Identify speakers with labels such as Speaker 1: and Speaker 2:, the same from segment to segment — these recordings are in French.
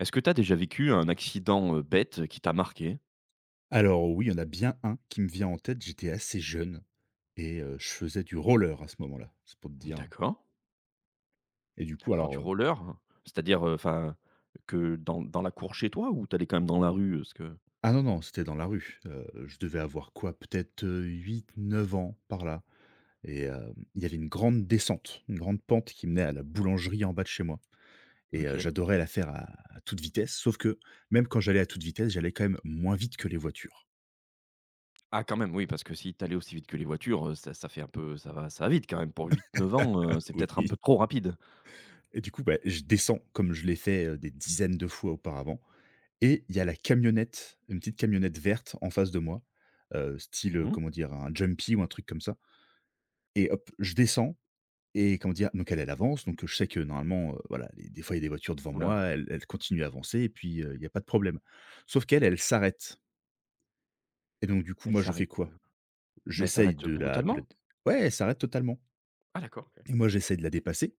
Speaker 1: Est-ce que tu as déjà vécu un accident, bête qui t'a marqué?
Speaker 2: Alors oui, il y en a bien un qui me vient en tête. J'étais assez jeune et je faisais du roller à ce moment-là, c'est pour te dire.
Speaker 1: D'accord,
Speaker 2: Et du coup
Speaker 1: d'accord, du
Speaker 2: alors,
Speaker 1: roller? Hein. C'est-à-dire, enfin, que dans la cour chez toi ou t'allais quand même dans la rue? Parce que
Speaker 2: ah non, non, c'était dans la rue. Je devais avoir quoi? Peut-être, 8, 9 ans par là. Et il y avait une grande descente, une grande pente qui menait à la boulangerie en bas de chez moi, et
Speaker 1: OK.
Speaker 2: j'adorais la faire à toute vitesse, sauf que même quand j'allais à toute vitesse, j'allais quand même moins vite que les voitures.
Speaker 1: Ah quand même oui, parce que si t'allais aussi vite que les voitures, ça fait un peu ça va vite quand même pour huit neuf ans, c'est peut-être un peu
Speaker 2: Oui.
Speaker 1: trop rapide?
Speaker 2: Et du coup, bah, je descends comme je l'ai fait, des dizaines de fois auparavant. Et il y a la camionnette, une petite camionnette verte en face de moi, style,
Speaker 1: Mmh mh.
Speaker 2: comment dire? Un Jumpy ou un truc comme ça. Et hop, je descends et comment dire? Donc elle, elle avance, donc je sais que normalement, voilà, des fois, il y a des voitures devant moi, elle continue à avancer et puis, il y a pas de problème. Sauf qu'elle, elle s'arrête. Et donc du coup,
Speaker 1: Elle
Speaker 2: moi, je fais
Speaker 1: s'arrête,
Speaker 2: quoi?
Speaker 1: mais elle
Speaker 2: J'essaye
Speaker 1: s'arrête,
Speaker 2: de la
Speaker 1: brutalement?
Speaker 2: Ouais, elle s'arrête totalement.
Speaker 1: Ah d'accord, OK.
Speaker 2: Et moi, j'essaye de la dépasser,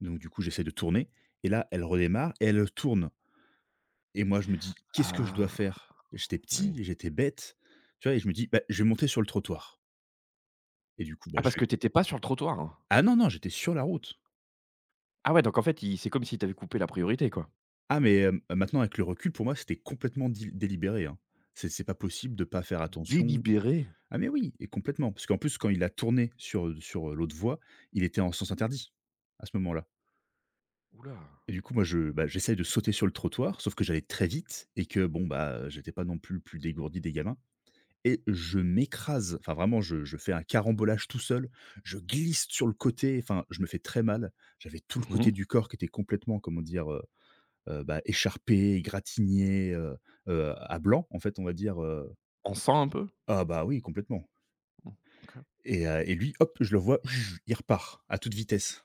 Speaker 2: donc du coup, j'essaye de tourner. Et là, elle redémarre et elle, tourne. Et moi, je me dis: «Qu'est-ce que je dois
Speaker 1: Ah
Speaker 2: faire?» J'étais petit,
Speaker 1: oui.
Speaker 2: j'étais bête, tu vois? Et je me dis: «Bah, je vais monter sur le trottoir.» Et du coup, bah,
Speaker 1: Ah
Speaker 2: je
Speaker 1: parce
Speaker 2: fais
Speaker 1: que t'étais pas sur le trottoir? Hein.
Speaker 2: ah non, non, j'étais sur la route.
Speaker 1: Ah ouais, donc en fait, il c'est comme si t'avais coupé la priorité, quoi?
Speaker 2: Ah mais, maintenant avec le recul, pour moi, c'était complètement dé délibéré, hein. C'est pas possible de pas faire attention.
Speaker 1: Délibéré?
Speaker 2: Ah mais oui, et complètement, parce qu'en plus, quand il a tourné sur, sur, l'autre voie, il était en sens interdit à ce moment-là.
Speaker 1: Oula.
Speaker 2: Et du coup, moi, je, bah, j'essaye de sauter sur le trottoir, sauf que j'allais très vite et que bon, bah, j'étais pas non plus plus dégourdi des gamins. Et je m'écrase, enfin vraiment je fais un carambolage tout seul, je glisse sur le côté, enfin je me fais très mal. J'avais tout le côté du corps qui était complètement, comment dire, bah, écharpé, égratigné, à blanc en fait on va dire,
Speaker 1: On sent un peu?
Speaker 2: ah bah, oui complètement.
Speaker 1: Mmh, OK.
Speaker 2: Et et lui hop, je le vois il repart à toute vitesse.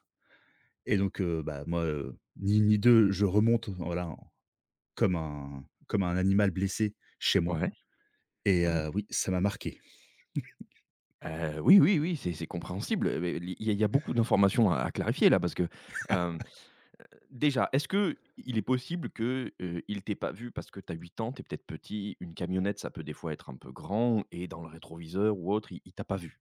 Speaker 2: Et donc bah, moi, ni une ni deux, je remonte voilà, comme un animal blessé chez moi.
Speaker 1: Ouais.
Speaker 2: Et
Speaker 1: Ouais.
Speaker 2: oui, ça m'a marqué.
Speaker 1: Oui, oui, oui, c'est compréhensible, mais li il y a beaucoup d'informations à clarifier là parce que, hem, déjà, est-ce qu'il est possible que, il t'ait pas vu parce que tu as 8 ans, tu es peut-être petit, une camionnette, ça peut des fois être un peu grand et dans le rétroviseur ou autre, il t'a pas vu?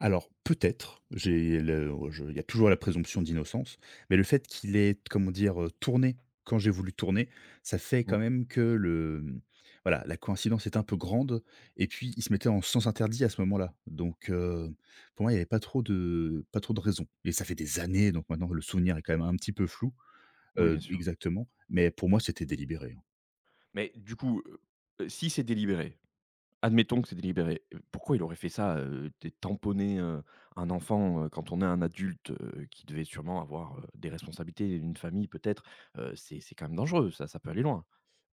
Speaker 2: Alors peut-être, j'ai le oh, je il y a toujours la présomption d'innocence, mais le fait qu'il ait, comment dire, tourné quand j'ai voulu tourner, ça fait
Speaker 1: Mmh.
Speaker 2: quand même que le, mmh, voilà, la coïncidence est un peu grande. Et puis il se mettait en sens interdit à ce moment-là. Donc pour moi, il n'y avait pas trop de raisons, et ça fait des années, donc maintenant le souvenir est quand même un petit peu flou,
Speaker 1: Oui, bien sûr.
Speaker 2: exactement, mais pour moi, c'était délibéré, hein.
Speaker 1: Mais du coup, si c'est délibéré. Admettons que c'est délibéré. Pourquoi il aurait fait ça, té tamponner, un enfant, quand on est un adulte, qui devait sûrement avoir, des responsabilités, une famille peut-être? C'est quand même dangereux ça, ça peut aller loin.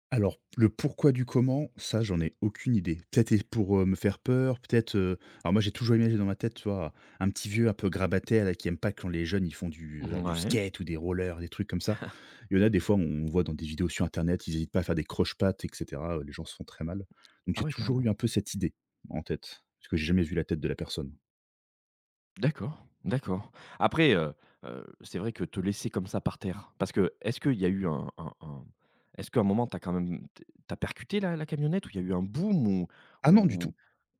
Speaker 2: Alors, le pourquoi du comment, ça, j'en ai aucune idée. Peut-être est pour, me faire peur, peut-être, alors moi, j'ai toujours imaginé dans ma tête, tu vois, un petit vieux un peu grabataire là, qui aime pas quand les jeunes, ils font du genre du
Speaker 1: Ouais.
Speaker 2: skate ou des rollers, des trucs comme ça. Il y en a des fois, on voit dans des vidéos sur internet, ils hésitent pas à faire des croche-pattes et cetera, les gens se font très mal. Donc
Speaker 1: Ah
Speaker 2: j'ai
Speaker 1: ouais,
Speaker 2: toujours eu
Speaker 1: carrément.
Speaker 2: un peu cette idée en tête, parce que j'ai jamais vu la tête de la personne.
Speaker 1: D'accord, d'accord. Après, c'est vrai que te laisser comme ça par terre parce que est-ce qu'il y a eu un est-ce qu'à un moment t'as quand même tu as percuté la camionnette ou il y a eu un boom
Speaker 2: Ah non, du tout.
Speaker 1: ou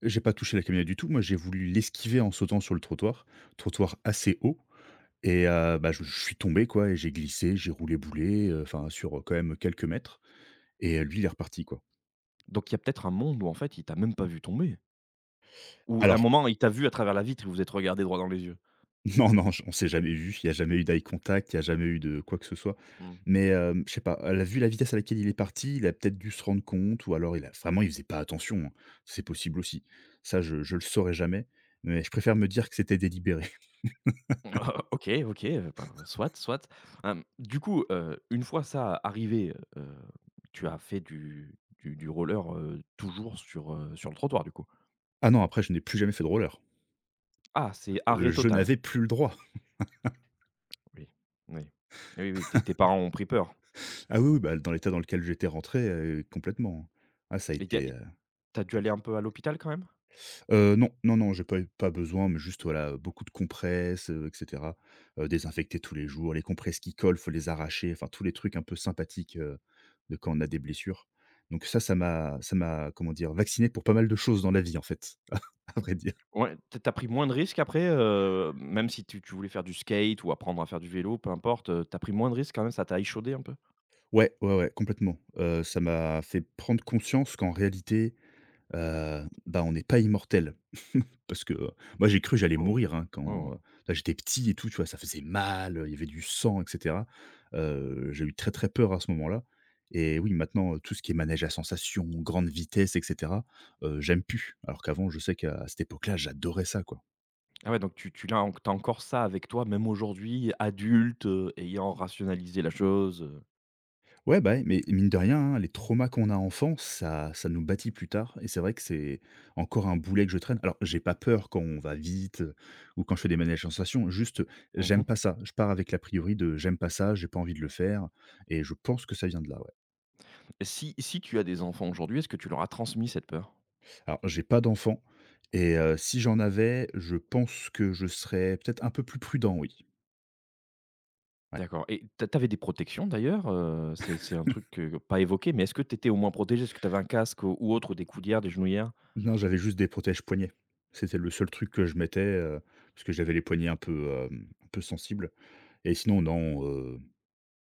Speaker 2: J'ai pas touché la camionnette du tout. Moi, j'ai voulu l'esquiver en sautant sur le trottoir, trottoir assez haut. Et bah, je suis tombé quoi, et j'ai glissé, j'ai roulé boulet, enfin sur, quand même quelques mètres. Et lui il est reparti quoi.
Speaker 1: donc il y a peut-être un monde où en fait il t'a même pas vu tomber? Ou à un
Speaker 2: Alors
Speaker 1: moment, il t'a vu à travers la vitre et vous vous êtes regardé droit dans les yeux?
Speaker 2: non, non, j on s'est jamais vu, il y a jamais eu d'eye contact, il y a jamais eu de quoi que ce soit.
Speaker 1: Mmh.
Speaker 2: Mais je sais pas, à la vitesse à laquelle il est parti, il a peut-être dû se rendre compte, ou alors il a vraiment il faisait pas attention, hein. C'est possible aussi. Ça je le saurai jamais, mais je préfère me dire que c'était délibéré.
Speaker 1: OK, OK, ben, soit, soit. Du coup, une fois ça arrivé, tu as fait du roller, toujours sur, sur le trottoir, du coup?
Speaker 2: Ah non, après je n'ai plus jamais fait de roller.
Speaker 1: Ah, c'est arrêt
Speaker 2: Je
Speaker 1: total.
Speaker 2: n'avais plus le droit.
Speaker 1: Oui, oui. Oui, oui, tes parents ont pris peur
Speaker 2: Ah oui, oui, bah, dans l'état dans lequel j'étais rentré, complètement, hein. Ah ça a
Speaker 1: et t'as
Speaker 2: été,
Speaker 1: et tu dû aller un peu à l'hôpital quand même?
Speaker 2: Non, non, non, j'ai pas eu pas besoin, mais juste voilà, beaucoup de compresses, et cetera. Désinfecter tous les jours, les compresses qui collent, faut les arracher, enfin tous les trucs un peu sympathiques, de quand on a des blessures. Donc ça, ça m'a, comment dire, vacciné pour pas mal de choses dans la vie en fait, à vrai dire.
Speaker 1: Ouais, t'as as pris moins de risques après, même si tu voulais faire du skate ou apprendre à faire du vélo, peu importe, tu pris moins de risques quand même, ça t'a échaudé un peu?
Speaker 2: Ouais, ouais, ouais, complètement. Ça m'a fait prendre conscience qu'en réalité bah, on n'est pas immortel. Parce que, moi j'ai cru que j'allais
Speaker 1: Oh!
Speaker 2: mourir, hein, quand,
Speaker 1: Oh!
Speaker 2: bah, j'étais petit et tout, tu vois? Ça faisait mal, il y avait du sang et cetera. J'ai eu très, très peur à ce moment-là. Et oui, maintenant, tout ce qui est manège à sensation, grande vitesse et cetera, j'aime plus. Alors qu'avant, je sais qu'à cette époque-là, j'adorais ça, quoi.
Speaker 1: Ah ouais, donc tu l'as en tu encore ça avec toi, même aujourd'hui, adulte, ayant rationalisé la chose,
Speaker 2: Ouais, bah, ouais, mais mine de rien, hein, les traumas qu'on a enfant, ça nous bâtit plus tard, et c'est vrai que c'est encore un boulet que je traîne. Alors, j'ai pas peur quand on va vite, ou quand je fais des manèges sensations, juste, j'aime
Speaker 1: Mmh.
Speaker 2: pas ça. Je pars avec l'a priori de: «J'aime pas ça, j'ai pas envie de le faire», et je pense que ça vient de là, ouais.
Speaker 1: Si tu as des enfants aujourd'hui, est-ce que tu leur as transmis cette peur?
Speaker 2: Alors, j'ai pas d'enfant, et si j'en avais, je pense que je serais peut-être un peu plus prudent, oui. Ouais.
Speaker 1: D'accord, et tu as des protections d'ailleurs, c'est un truc que pas évoqué, mais est-ce que t'étais au moins protégé? Est-ce que t'avais un casque ou autre, des coudières, des genouillères?
Speaker 2: Non, j'avais juste des protèges poignets. C'était le seul truc que je mettais, parce que j'avais les poignets un peu, un peu sensibles, et sinon non,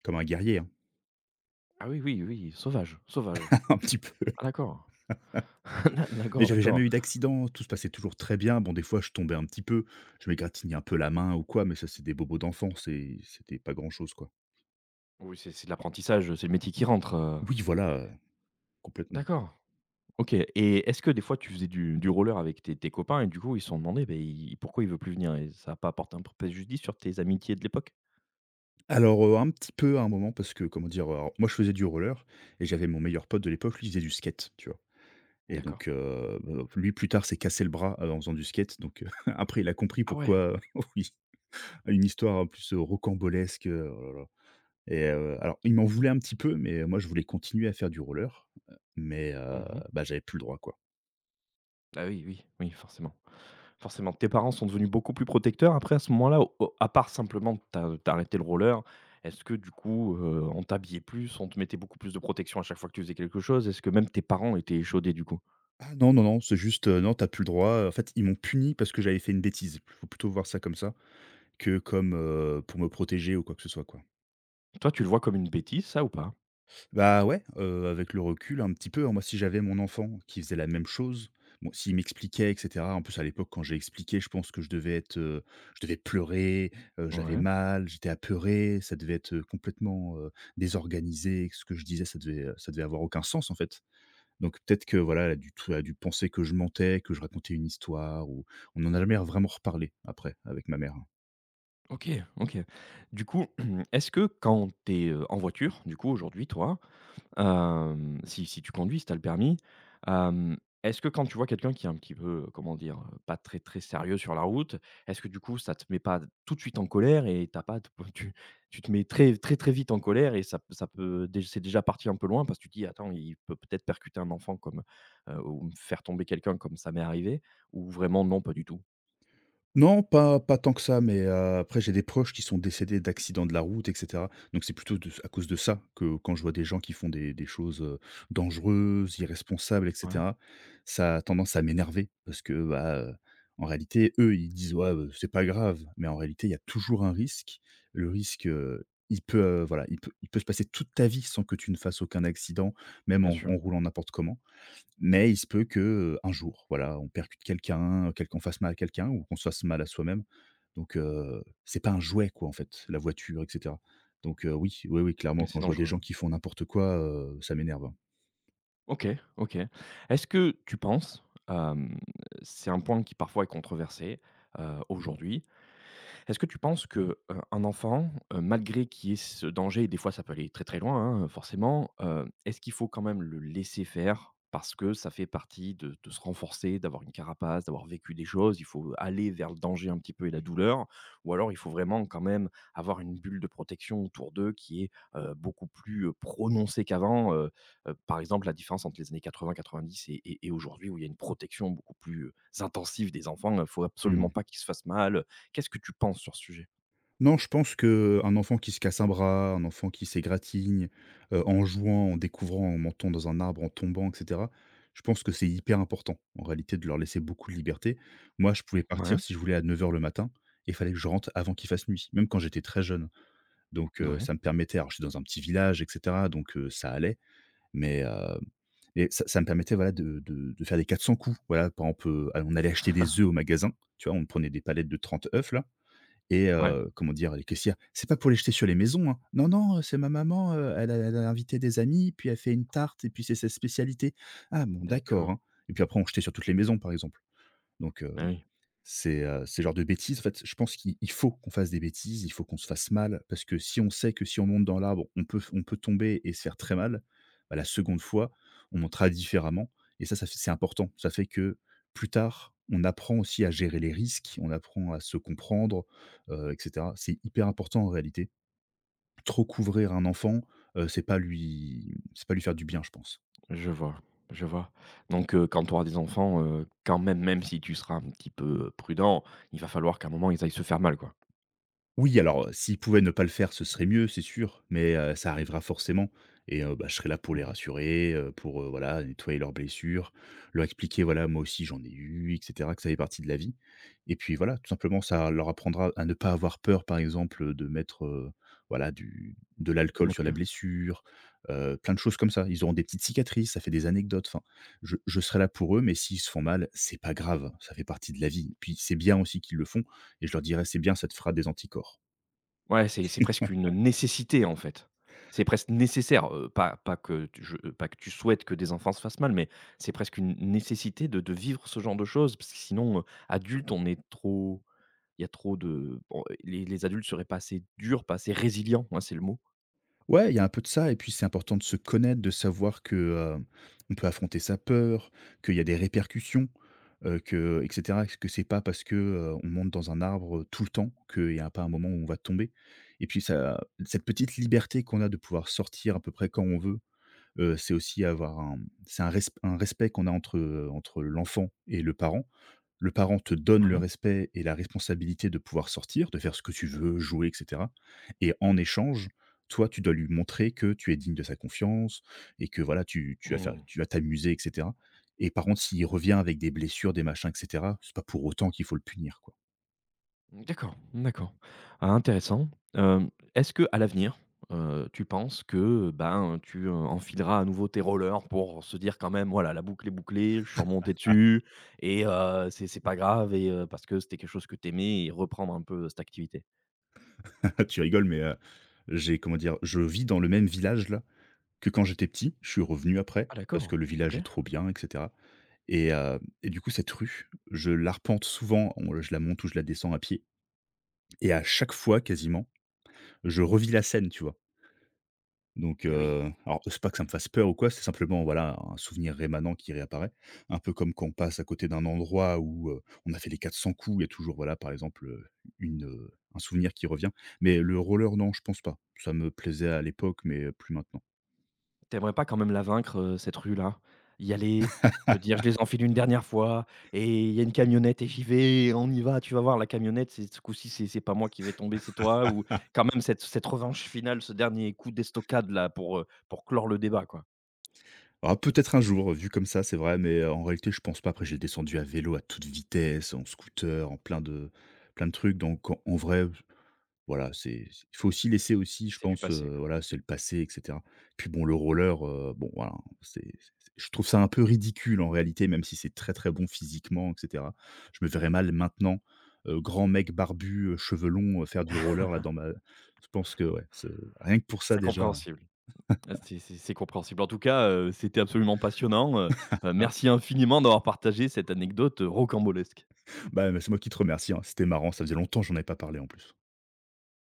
Speaker 2: comme un guerrier, hein,
Speaker 1: Ah oui, oui, oui, sauvage, sauvage.
Speaker 2: un petit peu.
Speaker 1: Ah d'accord.
Speaker 2: Mais
Speaker 1: D'accord,
Speaker 2: j'avais jamais
Speaker 1: d'accord.
Speaker 2: eu d'accident, tout se passait toujours très bien. Bon, des fois, je tombais un petit peu, je m'égratignais un peu la main ou quoi, mais ça, c'est des bobos d'enfant, c'était pas grand-chose, quoi.
Speaker 1: Oui, c'est de l'apprentissage, c'est le métier qui rentre,
Speaker 2: Oui, voilà, complètement.
Speaker 1: D'accord. OK, et est-ce que des fois tu faisais du roller avec tes copains et du coup ils se sont demandés, ben il pourquoi il veut plus venir et ça a pas apporté un p préjudice sur tes amitiés de l'époque?
Speaker 2: Alors, un petit peu à un moment parce que comment dire? Alors, moi, je faisais du roller, et j'avais mon meilleur pote de l'époque, lui, il faisait du skate, tu vois? Et
Speaker 1: D'accord.
Speaker 2: donc, bah, lui, plus tard, s'est cassé le bras, en faisant du skate, donc, après, il a compris
Speaker 1: Ah ouais.
Speaker 2: pourquoi oui, une histoire en plus, rocambolesque, oh là là. Et alors il m'en voulait un petit peu, mais moi je voulais continuer à faire du roller, mais
Speaker 1: Mmh.
Speaker 2: bah, j'avais plus le droit, quoi.
Speaker 1: Ah oui, oui, oui, forcément. Forcément. Tes parents sont devenus beaucoup plus protecteurs après à ce moment-là? Au au À part simplement que tu as arrêté le roller, est-ce que du coup, on t'habillait plus, on te mettait beaucoup plus de protection à chaque fois que tu faisais quelque chose? Est-ce que même tes parents étaient échaudés du coup?
Speaker 2: Ah non, non, non, c'est juste, non, t'as plus le droit. En fait, ils m'ont puni parce que j'avais fait une bêtise. Faut plutôt voir ça comme ça que comme, pour me protéger ou quoi que ce soit, quoi.
Speaker 1: Toi tu le vois comme une bêtise ça ou pas?
Speaker 2: Bah, ouais, avec le recul, un petit peu, hein. Moi, si j'avais mon enfant qui faisait la même chose, bon, s'il m'expliquait et cetera, en plus, à l'époque, quand j'ai expliqué, je pense que je devais être, je devais pleurer, j'avais
Speaker 1: Ouais.
Speaker 2: mal, j'étais apeuré, ça devait être, complètement, désorganisé, ce que je disais, ça devait avoir aucun sens, en fait. Donc peut-être que, voilà, elle a dû penser que je mentais, que je racontais une histoire, ou on en a jamais vraiment reparlé après avec ma mère.
Speaker 1: OK, OK. Du coup, est-ce que quand tu es en voiture, du coup, aujourd'hui, toi, si tu conduis, si tu as le permis, hem, est-ce que quand tu vois quelqu'un qui est un petit peu, comment dire, pas très, très sérieux sur la route, est-ce que du coup, ça te met pas tout de suite en colère et t'as pas tu tu te mets très, très, très vite en colère et ça peut déj c'est déjà parti un peu loin parce que tu te dis: «Attends, il peut peut-être percuter un enfant comme, ou me faire tomber quelqu'un comme ça m'est arrivé» ou vraiment non, pas du tout?
Speaker 2: Non, pas tant que ça, mais après j'ai des proches qui sont décédés d'accidents de la route et cetera. Donc c'est plutôt de à cause de ça que quand je vois des gens qui font des choses, dangereuses, irresponsables et
Speaker 1: Ouais,
Speaker 2: cetera, ça a tendance à m'énerver parce que, bah, en réalité, eux, ils disent: «Ouais, c'est pas grave», mais en réalité, il y a toujours un risque. Le risque, il peut, voilà, il peut se passer toute ta vie sans que tu ne fasses aucun accident, même
Speaker 1: bien
Speaker 2: en
Speaker 1: sûr,
Speaker 2: en roulant n'importe comment. Mais il se peut que, un jour, voilà, on percute quelqu'un, quel qu'on fasse mal à quelqu'un ou qu'on se fasse mal à soi-même. Donc c'est pas un jouet quoi, en fait, la voiture et cetera. Donc oui, oui, oui, clairement,
Speaker 1: et
Speaker 2: quand
Speaker 1: c'est
Speaker 2: je vois des
Speaker 1: dangereux.
Speaker 2: gens qui font n'importe quoi, ça m'énerve, hein.
Speaker 1: OK, OK. Est-ce que tu penses, hem, c'est un point qui parfois est controversé, Mmh. Aujourd'hui, est-ce que tu penses que, un enfant, malgré qu'il y ait ce danger et des fois ça peut aller très, très loin, hein, forcément, est-ce qu'il faut quand même le laisser faire? Parce que ça fait partie de se renforcer, d'avoir une carapace, d'avoir vécu des choses, il faut aller vers le danger un petit peu et la douleur? Ou alors il faut vraiment quand même avoir une bulle de protection autour d'eux qui est, beaucoup plus, prononcée qu'avant? Par exemple, la différence entre les années quatre vingt 90 et aujourd'hui où il y a une protection beaucoup plus, intensive des enfants, faut
Speaker 2: Mmh.
Speaker 1: absolument pas qu'ils se fassent mal. Qu'est-ce que tu penses sur ce sujet?
Speaker 2: Non, je pense que un enfant qui se casse un bras, un enfant qui s'égratigne, en jouant, en découvrant, en montant dans un arbre, en tombant et cetera, je pense que c'est hyper important, en réalité, de leur laisser beaucoup de liberté. Moi, je pouvais partir
Speaker 1: Ouais,
Speaker 2: si je voulais à 9 heures le matin et il fallait que je rentre avant qu'il fasse nuit, même quand j'étais très jeune, hein. Donc
Speaker 1: ouais,
Speaker 2: ça me permettait alors je suis dans un petit village et cetera, donc ça allait, mais heu, mais ça me permettait voilà de faire des 400 coups. Voilà, par exemple, on allait acheter des œufs au magasin, tu vois? On prenait des palettes de 30 œufs là et
Speaker 1: ouais,
Speaker 2: comment dire? Les caissières: «C'est pas pour les jeter sur les maisons, hein. Non, non, c'est ma maman, elle a invité des amis, puis elle fait une tarte et puis c'est sa spécialité». «Ah bon, d'accord,
Speaker 1: d'accord.
Speaker 2: hein» et puis après on jetait sur toutes les maisons, par exemple, donc
Speaker 1: Ah oui,
Speaker 2: c'est le genre de bêtises, en fait, je pense qu'il faut qu'on fasse des bêtises, il faut qu'on se fasse mal parce que si on sait que si on monte dans l'arbre, on peut tomber et se faire très mal, bah, la seconde fois, on montera différemment et ça fait c'est important. Ça fait que plus tard, on apprend aussi à gérer les risques, on apprend à se comprendre, et cetera. C'est hyper important en réalité. Trop couvrir un enfant, c'est pas lui faire du bien, je pense.
Speaker 1: je vois, je vois. Donc, quand tu auras des enfants, quand même, même si tu seras un petit peu prudent, il va falloir qu'à un moment, ils aillent se faire mal, quoi.
Speaker 2: Oui, alors, s'ils pouvaient ne pas le faire, ce serait mieux, c'est sûr, mais ça arrivera forcément et bah, je serai là pour les
Speaker 1: Mmh.
Speaker 2: rassurer, pour, voilà, nettoyer leurs blessures, leur expliquer, voilà, moi aussi j'en ai eu et cetera, que ça fait partie de la vie et puis voilà, tout simplement, ça leur apprendra à ne pas avoir peur, par exemple, de mettre, voilà, du de l'alcool sur la
Speaker 1: OK.
Speaker 2: blessure, plein de choses comme ça. Ils auront des petites cicatrices, ça fait des anecdotes, enfin, je serai là pour eux, mais s'ils se font mal, c'est pas grave, ça fait partie de la vie. Puis c'est bien aussi qu'ils le font et je leur dirai: «C'est bien, ça te fera des anticorps».
Speaker 1: Ouais, c'est presque une nécessité, en fait. C'est presque nécessaire, pas que tu souhaites que des enfants se fassent mal, mais c'est presque une nécessité de vivre ce genre de choses parce que sinon, adulte, on est trop il y a trop de bon, les adultes seraient pas assez durs, pas assez résilients, ouais, c'est le mot.
Speaker 2: Ouais, il y a un peu de ça et puis c'est important de se connaître, de savoir que, on peut affronter sa peur, qu'il y a des répercussions, que et cetera. Que c'est pas parce que, on monte dans un arbre, tout le temps qu'il y a pas un moment où on va tomber et puis ça cette petite liberté qu'on a de pouvoir sortir à peu près quand on veut, c'est aussi avoir un c'est un res, un respect qu'on a entre, entre l'enfant et le parent te donne le
Speaker 1: Ouais.
Speaker 2: respect et la responsabilité de pouvoir sortir, de faire ce que tu veux, jouer, et cetera et en échange, toi, tu dois lui montrer que tu es digne de sa confiance et que voilà, tu tu vas faire
Speaker 1: Mmh.
Speaker 2: tu vas t'amuser, et cetera et par contre, s'il revient avec des blessures, des machins, et cetera, c'est pas pour autant qu'il faut le punir, quoi.
Speaker 1: D'accord, d'accord. Ah intéressant. Est-ce que à l'avenir, tu penses que, ben, enfileras à nouveau tes rollers pour se dire quand même: «Voilà, la boucle est bouclée, je suis remonté dessus et c'est pas grave», et parce que c'était quelque chose que t'aimais et reprendre un peu cette activité?
Speaker 2: Tu rigoles, mais j'ai comment dire? Je vis dans le même village, là, que quand j'étais petit. Je suis revenu après
Speaker 1: Ah
Speaker 2: parce
Speaker 1: d'accord,
Speaker 2: que le
Speaker 1: OK.
Speaker 2: village est trop bien, et cetera et du coup, cette rue, je l'arpente souvent, on je la monte ou je la descends à pied. Et à chaque fois quasiment, je revis la scène, tu vois? Donc,
Speaker 1: Eh oui.
Speaker 2: alors c'est pas que ça me fasse peur ou quoi, c'est simplement voilà, un souvenir rémanent qui réapparaît. Un peu comme quand on passe à côté d'un endroit où, on a fait les 400 coups, il y a toujours voilà, par exemple, une, un souvenir qui revient. Mais le roller, non, je pense pas. Ça me plaisait à l'époque, mais, plus maintenant.
Speaker 1: T'aimerais pas quand même la vaincre, cette rue-là? Y aller, te dire: «Je les enfile une dernière fois et il y a une camionnette et j'y vais et on y va». Tu vas voir la camionnette, c'est ce coup-ci, c'est pas moi qui vais tomber, c'est toi, ou quand même cette revanche finale, ce dernier coup d'estocade-là pour clore le débat, quoi.
Speaker 2: Ah peut-être un jour, vu comme ça, c'est vrai, mais, en réalité, je pense pas. Après j'ai descendu à vélo à toute vitesse, en scooter, en plein de trucs, donc en en vrai. Voilà, c'est il faut aussi laisser aussi, je
Speaker 1: C'est du
Speaker 2: pense,
Speaker 1: passé, quoi.
Speaker 2: voilà, c'est le passé et cetera. Puis bon, le roller, bon, voilà, c'est je trouve ça un peu ridicule en réalité, même si c'est très, très bon physiquement et cetera. Je me verrais mal maintenant, grand mec barbu, cheveux longs, faire du roller là dans ma je pense que ouais, ce rien que pour ça
Speaker 1: C'est
Speaker 2: déjà
Speaker 1: compréhensible. Ah, c'est compréhensible. En tout cas, c'était absolument passionnant,
Speaker 2: ah
Speaker 1: merci infiniment d'avoir partagé cette anecdote, rocambolesque.
Speaker 2: bah, c'est moi qui te remercie, hein, c'était marrant, ça faisait longtemps que j'en avais pas parlé en plus.